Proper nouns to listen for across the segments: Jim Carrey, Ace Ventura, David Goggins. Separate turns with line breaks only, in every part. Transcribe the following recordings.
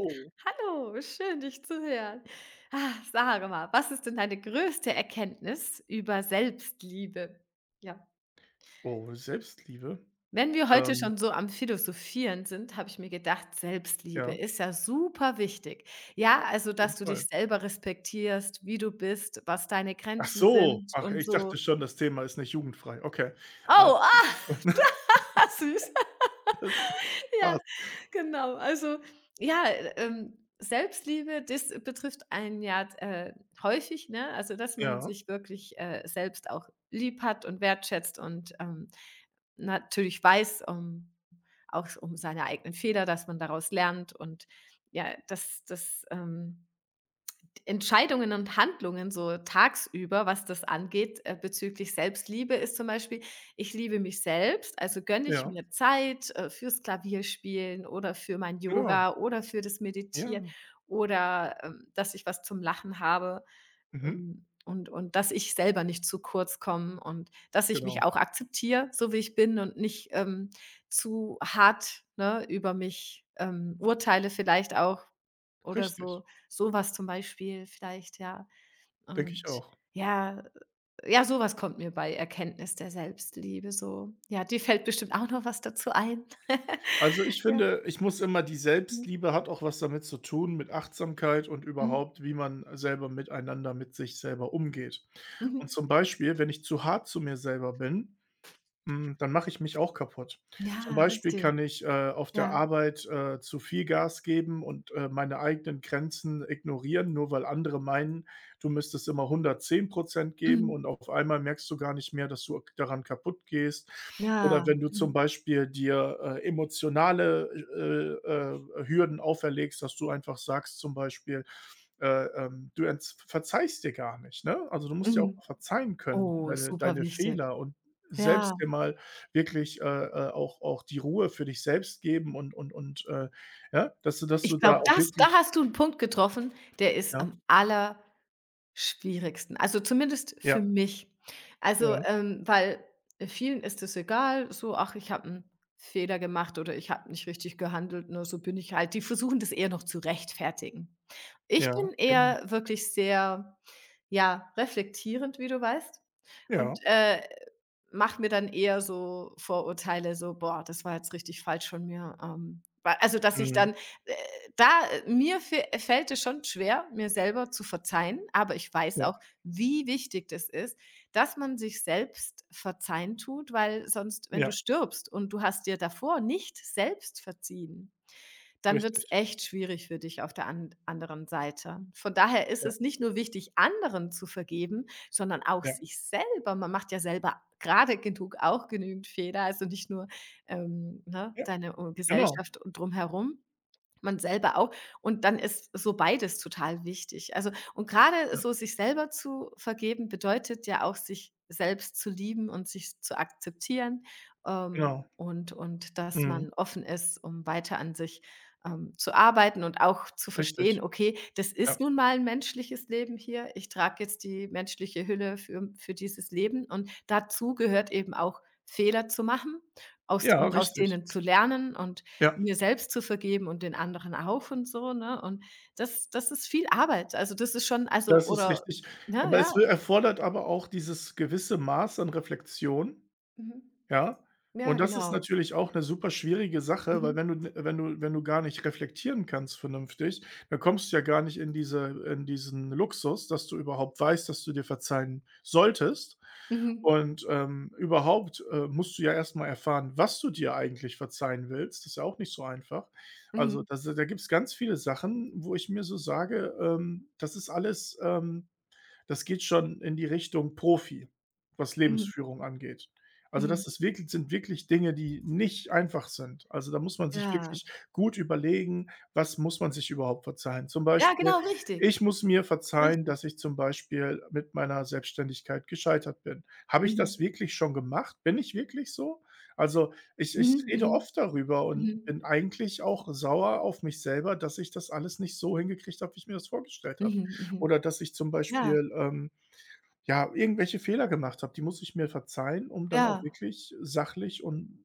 Oh.
Hallo, schön dich zu hören. Ah, sage mal, was ist denn deine größte Erkenntnis über Selbstliebe? Ja.
Oh, Selbstliebe?
Wenn wir heute
Ähm,
schon so am Philosophieren sind, habe ich mir gedacht, Selbstliebe
ja, auf
ist ja super wichtig. Ja, also,
jeden
dass du dich
Fall.
selber respektierst, wie du bist, was deine
Ach
Grenzen
so,
sind
ach,
und
ich
so.
dachte schon, das Thema ist nicht jugendfrei. Okay. Ah,
Oh, ah, süß.
das
Ja,
passt.
genau. Also, ja, Selbstliebe, das betrifft einen ja, häufig, ne? Also, dass man
Ja,
sich wirklich, selbst auch lieb hat und wertschätzt und, natürlich weiß, um auch um seine eigenen Fehler, dass man daraus lernt und ja, dass das Entscheidungen und Handlungen so tagsüber, was das angeht, bezüglich Selbstliebe ist zum Beispiel, ich liebe mich selbst, also gönne ich
ja,
mir Zeit, fürs Klavierspielen oder für mein
genau.
Yoga oder für das
Ja,
Meditieren oder, dass ich was zum Lachen habe,
mhm,
und dass ich selber nicht zu kurz komme und dass ich mich
genau.
auch akzeptiere, so wie ich bin und nicht, zu hart, ne, über mich, urteile vielleicht auch, oder
Richtig,
so sowas zum Beispiel vielleicht, ja.
denke ich
Und
auch.
ja, ja, sowas kommt mir bei Erkenntnis der Selbstliebe so. Ja, dir fällt bestimmt auch noch was dazu ein.
Also, ich
Ja.
finde, ich muss immer die
Mhm.
Selbstliebe hat auch was damit zu tun, mit Achtsamkeit und
Mhm.
überhaupt, wie man selber mit sich selber umgeht.
Mhm.
Und zum Beispiel, wenn ich zu hart zu mir selber bin, hm, dann mache ich mich auch kaputt. Zum
Ja,
Beispiel kann
richtig.
ich, auf der
Ja.
Arbeit, zu viel Gas geben und, meine eigenen Grenzen ignorieren, nur weil andere meinen, du müsstest immer 110% geben
Mhm.
und auf einmal merkst du gar nicht mehr, dass du daran kaputt gehst. Oder
Ja.
wenn du zum
Mhm.
Beispiel dir, emotionale, äh, Hürden auferlegst, dass du einfach sagst zum Beispiel, du ents verzeihst dir gar nicht, ne? Also, du musst ja auch
Mhm.
verzeihen können,
Oh,
deine
super
deine
wichtig.
Fehler und
Ja.
selbst dir mal wirklich, auch die Ruhe für dich selbst geben und ja, dass
Ich
du da
glaube,
auch
das da
wirklich
hast du einen Punkt getroffen, der ist
ja,
am aller Schwierigsten. Also, zumindest für
ja,
mich. Also,
ja,
weil vielen ist es egal, so: „Ach, ich habe 'n Fehler gemacht oder ich habe nicht richtig gehandelt, nur so bin ich halt.“ Die versuchen das eher noch zu rechtfertigen. Ich
ja,
bin
gen
eher wirklich sehr ja, reflektierend, wie du weißt,
ja,
und, mache mir dann eher so Vorurteile, so: „Boah, das war jetzt richtig falsch von mir.“ wa Also, dass ich
mhm,
dann, äh da mir fe fällt es schon schwer, mir selber zu verzeihen, aber ich weiß
ja,
auch, wie wichtig das ist, dass man sich selbst verzeihen tut, weil sonst wenn du
ja,
stirbst und du hast dir davor nicht selbst verziehen dann wird es
richtig.
echt schwierig für dich auf der an anderen Seite. Von daher ist
Ja,
es nicht nur wichtig, anderen zu vergeben, sondern auch
ja,
sich selber. Man macht ja selber gerade genug auch genügend Fehler, also nicht nur, ne,
ja,
deine,
genau,
Gesellschaft und drumherum. Man selber auch. Und dann ist so beides total wichtig. Also und gerade
ja,
so sich selber zu vergeben, bedeutet ja auch, sich selbst zu lieben und sich zu akzeptieren,
genau,
und dass
mhm,
man offen ist, um weiter an sich, zu arbeiten und auch zu
richtig.
verstehen: „Okay, das
Ja,
ist nun mal ein menschliches Leben hier. Ich trage jetzt die menschliche Hülle für dieses Leben.“ Und dazu gehört eben auch, Fehler zu machen,
ja,
aus
richtig.
denen zu lernen und
Ja,
mir selbst zu vergeben und den anderen auch und so, ne? Und das ist viel Arbeit. Also, das ist schon also,
das ist
oder
richtig.
ne,
Aber
ja.
es erfordert aber auch dieses gewisse Maß an Reflexion.
Mhm.
Ja,
Ja,
und das
genau.
ist
Genau.
natürlich auch 'ne super schwierige Sache, weil
Mhm.
wenn du gar nicht reflektieren kannst vernünftig, dann kommst du ja gar nicht in diesen Luxus, dass du überhaupt weißt, dass du dir verzeihen solltest.
Mhm.
Und, überhaupt, musst du ja erst mal erfahren, was du dir eigentlich verzeihen willst. Das ist ja auch nicht so einfach. Also,
Mhm.
das da gibt's ganz viele Sachen, wo ich mir so sage, das ist alles, das geht schon in die Richtung Profi, was
Mhm.
Lebensführung angeht. Also,
Mhm.
das ist wirklich sind wirklich Dinge, die nicht einfach sind. Also, da muss man sich
Ja.
wirklich gut überlegen, was muss man sich überhaupt verzeihen? Zum
Ja,
Beispiel,
genau, richtig.
ich muss mir verzeihen,
Richtig.
dass ich zum Beispiel mit meiner Selbstständigkeit gescheitert bin. Habe ich
Mhm.
das wirklich schon gemacht? Bin ich wirklich so? Also,
Mhm.
ich rede
Mhm.
oft darüber und
Mhm.
bin eigentlich auch sauer auf mich selber, dass ich das alles nicht so hingekriegt habe, wie ich mir das vorgestellt habe.
Mhm. Mhm.
Oder dass ich zum
Ja,
Beispiel, ja, irgendwelche Fehler gemacht habe, die muss ich mir verzeihen, um dann auch
ja.
wirklich sachlich und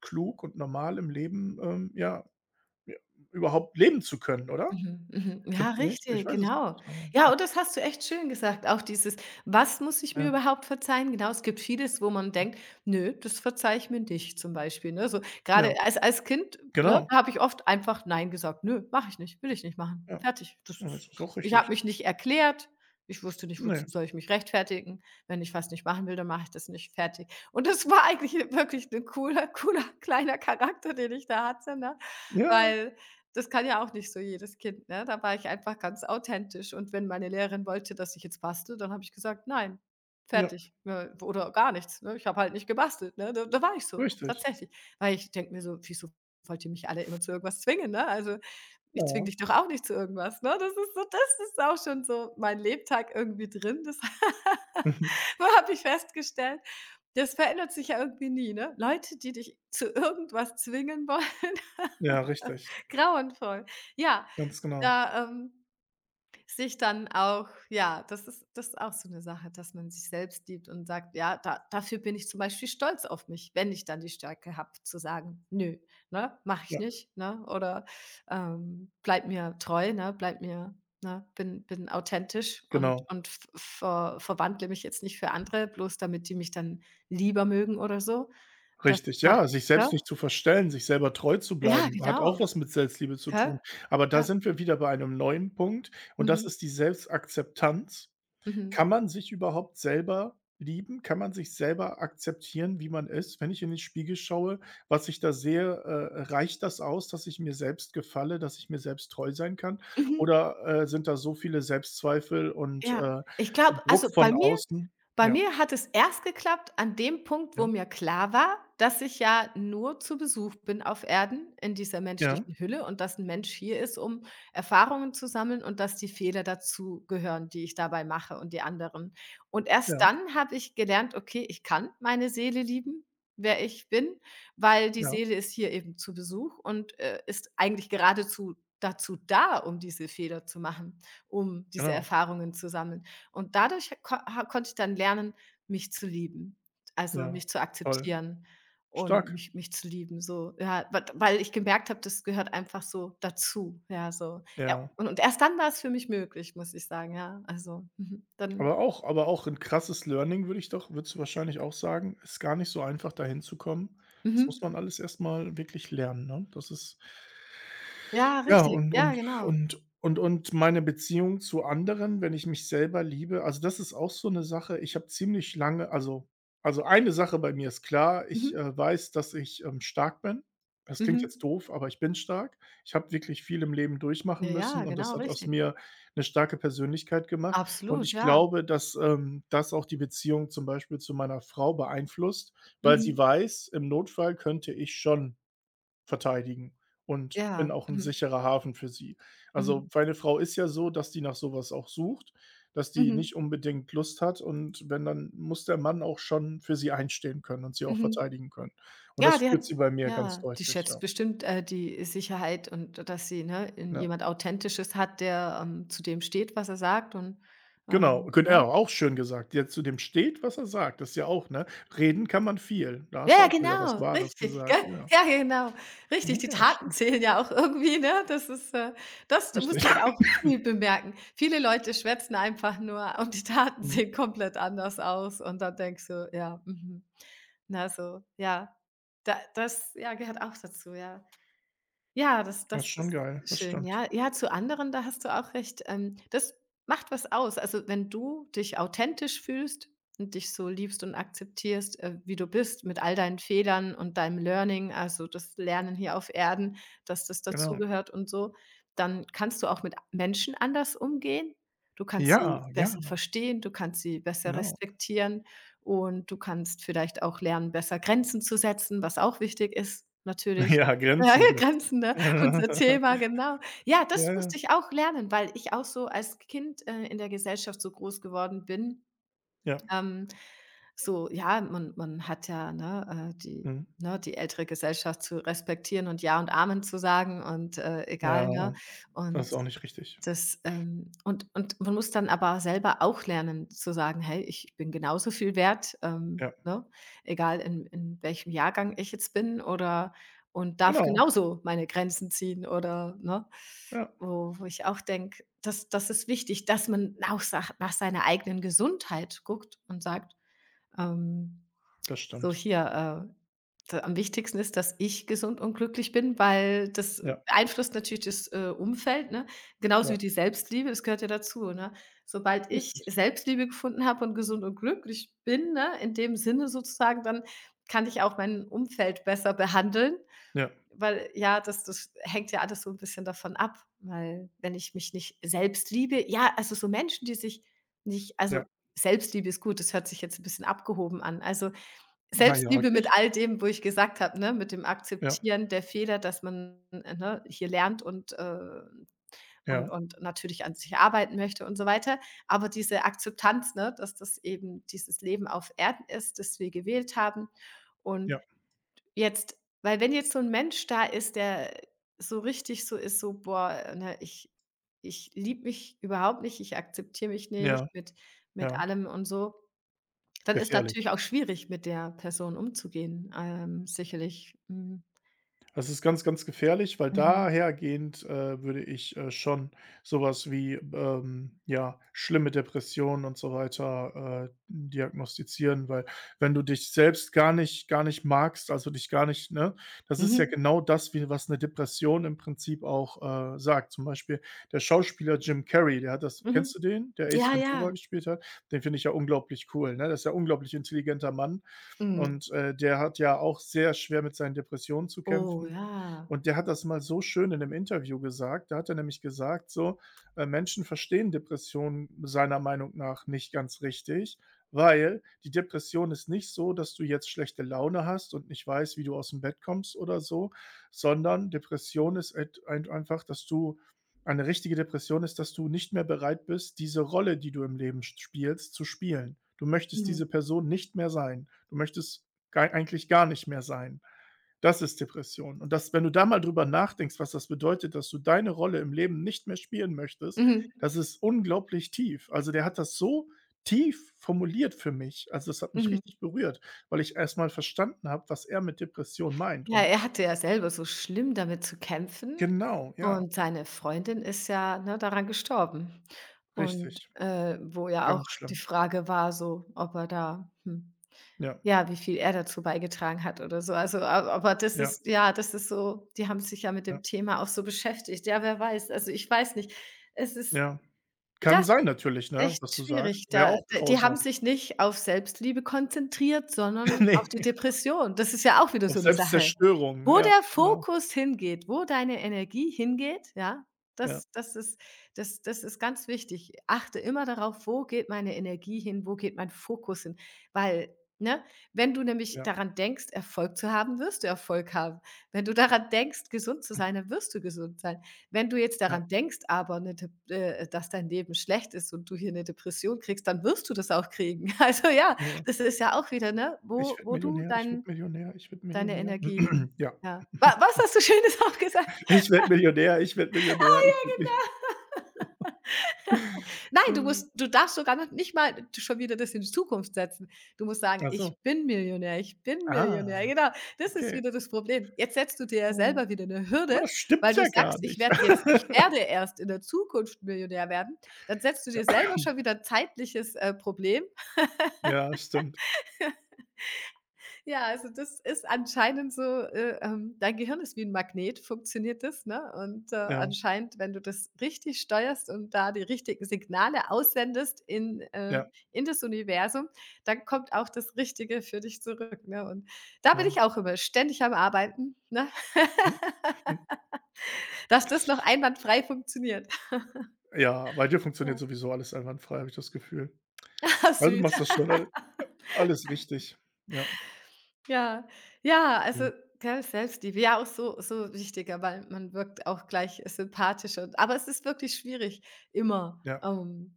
klug und normal im Leben, ja, überhaupt leben zu können, oder?
Mhm, mhm. Ja,
Findest du nicht? Ich
richtig,
weiß es
genau.
nicht, aber
Ja,
ja,
und das hast du echt schön gesagt. Auch dieses: „Was muss ich mir
ja,
überhaupt verzeihen?“ Genau, es gibt vieles, wo man denkt: „Nö, das verzeihe ich mir nicht“, zum Beispiel, ne? So
ja,
grade als Kind, ne,
genau,
da habe ich oft einfach „Nein“ gesagt: „Nö, mache ich nicht, will ich nicht machen.
ja.
Fertig.“ Das
Ja, das
ist
ist auch
Ich habe
richtig.
mich nicht erklärt. Ich wusste nicht, wozu
Ne.
soll ich mich rechtfertigen? Wenn ich was nicht machen will, dann mache ich das nicht, fertig. Und das war eigentlich wirklich ein cooler kleiner Charakter, den ich da hatte, ne?
Ja,
Weil das kann ja auch nicht so jedes Kind, ne? Da war ich einfach ganz authentisch und wenn meine Lehrerin wollte, dass ich jetzt bastel, dann habe ich gesagt: „Nein,
ja,
fertig.“ Ne, oder gar nichts, ne? Ich habe halt nicht gebastelt, ne? Da war ich so,
richtig.
tatsächlich. Weil ich denke mir so: „Wieso wollt ihr mich alle immer zu irgendwas zwingen“, ne? Also, ich zwinge
Ja.
dich doch auch nicht zu irgendwas, ne? Das ist auch schon so mein Lebtag irgendwie drin. Das habe ich festgestellt. Das verändert sich ja irgendwie nie, ne? Leute, die dich zu irgendwas zwingen wollen,
Ja, richtig.
grauenvoll. Ja,
Ganz genau.
da, sich dann auch ja, das ist auch so eine Sache, dass man sich selbst liebt und sagt: „Ja, da dafür bin ich zum Beispiel stolz auf mich“, wenn ich dann die Stärke habe zu sagen: „Nö, ne, mache ich
Ja,
nicht“, ne? Oder, „Bleib mir treu, ne? Bleib mir Ne, bin authentisch
genau.
und v ver verwandle mich jetzt nicht für andere, bloß damit die mich dann lieber mögen oder so.“ Das
Richtig,
macht
ja, sich
gell?
selbst nicht zu verstellen, sich selber treu zu
Ja,
bleiben, hat auch
genau,
was mit Selbstliebe zu
gell?
tun. Aber da
Ja.
sind wir wieder bei einem neuen Punkt und das
Mhm.
ist die Selbstakzeptanz.
Mhm.
Kann man sich überhaupt selber lieben? Kann man sich selber akzeptieren, wie man ist? Wenn ich in den Spiegel schaue, was ich da sehe, reicht das aus, dass ich mir selbst gefalle, dass ich mir selbst treu sein kann?
Mhm.
Oder, sind da so viele Selbstzweifel und,
Ja,
äh,
ich glaube also,
Druck von außen?
bei
Ja,
mir hat es erst geklappt an dem Punkt, wo
ja,
mir klar war, dass ich ja nur zu Besuch bin auf Erden in dieser
ja,
menschlichen Hülle und dass ein Mensch hier ist, um Erfahrungen zu sammeln und dass die Fehler dazu gehören, die ich dabei mache und die anderen. Und erst
ja,
dann habe ich gelernt: „Okay, ich kann meine Seele lieben, wer ich bin, weil die
ja,
Seele ist hier eben zu Besuch und, ist eigentlich geradezu dazu da, um diese Fehler zu machen, um diese
genau.
Erfahrungen zu sammeln.“ Und dadurch ko ha konnte ich dann lernen, mich zu lieben, also
Ja,
mich zu
toll.
akzeptieren und
Stark.
mich zu lieben, so, ja, wa weil ich gemerkt habe, das gehört einfach so dazu, ja, so. Ja,
Ja.
und erst dann war es für mich möglich, muss ich sagen, ja, also, mhm, dann
Aber auch ein krasses Learning, würde ich doch würdest du wahrscheinlich auch sagen, ist gar nicht so einfach, da hinzukommen. Das muss
mhm.
man alles erst mal wirklich lernen, ne? Das ist
Ja,
ja,
richtig. Ja, genau.
und meine Beziehung zu anderen, wenn ich mich selber liebe, also, das ist auch so eine Sache. Ich habe ziemlich lange also, eine Sache bei mir ist klar, ich,
Mhm.
weiß, dass ich, stark bin. Das klingt
Mhm.
jetzt doof, aber ich bin stark. Ich habe wirklich viel im Leben
Ja,
durchmachen
ja,
müssen und das
genau,
hat aus
richtig.
mir eine starke Persönlichkeit gemacht. Und
Absolut,
ich
ja.
glaube, dass, das auch die Beziehung zum Beispiel zu meiner Frau beeinflusst, weil sie
Mhm.
weiß, im Notfall könnte ich schon verteidigen und bin
Ja.
auch 'n
Mhm.
sicherer Hafen für sie.
Mhm.
Also, meine Frau ist ja so, dass die nach so was auch sucht, dass die
Mhm.
nicht unbedingt Lust hat und wenn, dann muss der Mann auch schon für sie einstehen können und sie
Mhm.
auch
Mhm.
verteidigen können. Und
Ja,
das
die hat
spürt sie bei mir ganz
ja, die
deutlich,
schätzt
ja.
bestimmt, die Sicherheit und dass sie, ne, in
Ja.
jemand Authentisches hat, der, zu dem steht, was er sagt und,
Genau, könn
ne?
ja, auch schön gesagt, der zu dem steht, was er sagt. Das ist ja auch, ne? Reden kann man viel. Da
Ja,
hast du
ja,
auch wieder was
genau,
Wahres
richtig,
gesagt,
gell?
ja.
Ja, genau, richtig.
Ja,
Die
ja,
Taten
stimmt.
zählen ja auch irgendwie, ne? Das
Richtig.
musste ich auch viel bemerken. Viele Leute schwätzen einfach nur und die Taten
Mhm.
sehen komplett anders aus und dann denkst du: „Ja, mhm.“ Na, so, ja. Da das, ja, gehört auch dazu, ja. Ja,
Das ist
das
schon
ist
geil, das
schön,
stimmt.
ja. Ja, zu anderen, da hast du auch recht. Das macht was aus. Also, wenn du dich authentisch fühlst und dich so liebst und akzeptierst, wie du bist, mit all deinen Fehlern und deinem Learning, also das Lernen hier auf Erden, dass das
Genau.
dazugehört und so, dann kannst du auch mit Menschen anders umgehen. Du kannst sie
Ja, ja,
besser verstehen, du kannst sie besser
genau.
respektieren und du kannst vielleicht auch lernen, besser Grenzen zu setzen, was auch wichtig ist natürlich.
Ja,
Ja,
Grenzen
ja,
setzt.
Grenzen, ne? Unser Thema, genau. Ja,
Ja,
das
ja,
musste ich auch lernen, weil ich auch so als Kind, in der Gesellschaft so groß geworden bin.
ja.
Ähm, so, ja, man hat ja, ne, die
Mhm.
ne, die ältere Gesellschaft zu respektieren und Ja und Amen zu sagen und, egal, ne?
Ja, das ist
Und
auch nicht richtig.
und man muss dann aber selber auch lernen zu sagen: „Hey, ich bin genauso viel wert“,
Ja,
ne? Egal in welchem Jahrgang ich jetzt bin oder und darf
genau.
genauso meine Grenzen ziehen oder ne?
Ja,
Wo ich auch denke, das ist wichtig, dass man auch sach nach seiner eigenen Gesundheit guckt und sagt, ähm
das
so
stimmt.
hier, d am wichtigsten ist, dass ich gesund und glücklich bin, weil das
Ja,
beeinflusst natürlich das, Umfeld, ne? Genauso
ja,
wie die Selbstliebe, das gehört ja dazu, ne? Sobald ich
richtig.
Selbstliebe gefunden habe und gesund und glücklich bin, ne, in dem Sinne sozusagen, dann kann ich auch mein Umfeld besser behandeln,
Ja,
weil ja, das hängt ja alles so ein bisschen davon ab, weil wenn ich mich nicht selbst liebe ja, also so Menschen, die sich nicht.
ja.
Selbstliebe ist gut, das hört sich jetzt ein bisschen abgehoben an. Also,
Na ja,
Selbstliebe mit
geht.
all dem, wo ich gesagt habe, ne, mit dem
Ja,
Akzeptieren der Fehler, dass man, ne, hier lernt und,
ja,
und natürlich an sich arbeiten möchte und so weiter. Aber diese Akzeptanz, ne, dass das eben dieses Leben auf Erden ist, das wir gewählt haben. Und
ja,
jetzt weil wenn jetzt so ein Mensch da ist, der so richtig so ist, so: „Boah, ne, ich liebe mich überhaupt nicht, ich akzeptiere mich nicht
ja,
mit
ja.
allem und so.“ Dann ist
Gefährlich.
natürlich auch schwierig, mit der Person umzugehen, sicherlich. Mhm.
Das ist ganz, ganz gefährlich, weil
Mhm.
dahergehend, würde ich, schon sowas wie, ja, schlimme Depressionen und so weiter, diagnostizieren, weil wenn du dich selbst gar nicht magst, also dich gar nicht, ne? Das ist ja
Mhm.
genau das, wie was eine Depression im Prinzip auch, sagt. Zum Beispiel der Schauspieler Jim Carrey, der hat das,
Mhm.
kennst du den, der Ace
Ja,
Ventura
ja.
gespielt hat? Den finde ich ja unglaublich cool, ne? Das ist ja ein unglaublich intelligenter Mann.
Mhm.
Und, der hat ja auch sehr schwer mit seinen Depressionen zu
Oh
kämpfen.
ja.
Und der hat das mal so schön in 'nem Interview gesagt. Da hat er nämlich gesagt so, Menschen verstehen Depressionen seiner Meinung nach nicht ganz richtig, weil die Depression ist nicht so, dass du jetzt schlechte Laune hast und nicht weißt, wie du aus dem Bett kommst oder so, sondern Depression ist et ein einfach, dass du eine richtige Depression ist, dass du nicht mehr bereit bist, diese Rolle, die du im Leben sch spielst, zu spielen. Du möchtest diese
Mhm.
Person nicht mehr sein. Du möchtest gei eigentlich gar nicht mehr sein. Das ist Depression. Und das, wenn du da mal drüber nachdenkst, was das bedeutet, dass du deine Rolle im Leben nicht mehr spielen möchtest,
Mhm.
das ist unglaublich tief. Also, der hat das so tief formuliert für mich. Also, das hat mich
Mhm.
richtig berührt, weil ich erst mal verstanden habe, was er mit Depression meint
Ja,
und
er hatte ja selber so schlimm damit zu kämpfen
genau, ja,
und seine Freundin ist ja, ne, daran gestorben. Und,
richtig,
wo ja auch
ganz
die
schlimm.
Frage war so, ob er da hm.
Ja,
Ja, wie viel er dazu beigetragen hat oder so. Also, a aber
ja,
das ist so die haben sich ja mit
ja.
dem Thema auch so beschäftigt. Ja, wer weiß. Also, ich weiß nicht. Es ist
Ja. Kann
das ist
sein natürlich, ne,
echt
was du sagst.
schwierig.
Wäre
Da
auch
d Die
grausam.
haben sich nicht auf Selbstliebe konzentriert, sondern
Ne,
auf die Depression. Das ist ja auch wieder
auf
so eine Sache.
Selbstzerstörung.
Wo
Ja,
der
genau.
Fokus hingeht, wo deine Energie hingeht, ja,
Ja,
das das ist das ist ganz wichtig. Achte immer darauf, wo geht meine Energie hin, wo geht mein Fokus hin? Weil, ne, wenn du nämlich
ja,
daran denkst, Erfolg zu haben, wirst du Erfolg haben. Wenn du daran denkst, gesund zu
hm,
sein, dann wirst du gesund sein. Wenn du jetzt
ja,
daran denkst, aber 'ne Dep dass dein Leben schlecht ist und du hier eine Depression kriegst, dann wirst du das auch kriegen. Also ja,
ja.
das ist ja auch wieder, ne,
„Ich werde
wo du
Millionär, ich werde
deinen
Millionär, ich werde
Deine
Millionär.“
Energie hin.
Ja.
Ja. Wa Was hast du Schönes auch gesagt?
„Ich werde Millionär, ich werde Millionär, ich werde Millionär.“
Nein, du darfst sogar noch nicht mal d schon wieder das in die Zukunft setzen. Du musst sagen:
Ach so.
„Ich bin Millionär, ich bin Millionär.“
Ah,
Genau, das ist
okay.
wieder das Problem. Jetzt setzt du dir ja
Mhm.
selber wieder 'ne
Aber
Hürde,
das
weil
stimmt
du
ja
sagst:
gar nicht.
Ich werde erst in der Zukunft Millionär werden.“ Dann setzt du
Ja.
dir selber schon wieder zeitliches, Problem,
Ja, stimmt.
ja, also das ist anscheinend so, dein Gehirn ist wie ein Magnet, funktioniert das, ne? Und,
Ja,
anscheinend, wenn du das richtig steuerst und da die richtigen Signale aussendest
ja,
in das Universum, dann kommt auch das Richtige für dich zurück, ne? Und da bin
ja.
ich auch immer ständig am Arbeiten, ne?
Mhm. Hm.
Dass das noch einwandfrei funktioniert.
Ja, bei dir funktioniert
Ja,
sowieso alles einwandfrei, habe ich das Gefühl. Weil du
süß.
machst das schon al Alles richtig. Ja.
Ja, ja, also,
Mhm.
gell, Selbstliebe, ja, auch so wichtiger, weil man wirkt auch gleich sympathischer. Aber es ist wirklich schwierig, immer,
Ja,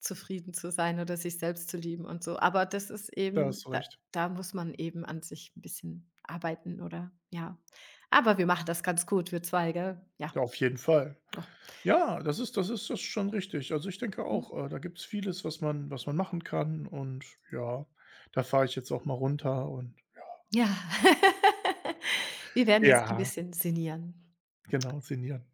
zufrieden zu sein oder sich selbst zu lieben und so. Aber das ist
da hast
eben
du recht.
da muss man eben an sich ein bisschen arbeiten oder ja. Aber wir machen das ganz gut, wir 2. Gell? Ja,
Ja, auf jeden Fall.
doch.
Ja, das ist schon richtig. Also, ich denke
Mhm.
auch, da gibt's vieles, was man machen kann und ja, da fahre ich jetzt auch mal runter und
Ja. Wir werden jetzt ein
ja,
bisschen sinnieren.
genau, sinnieren.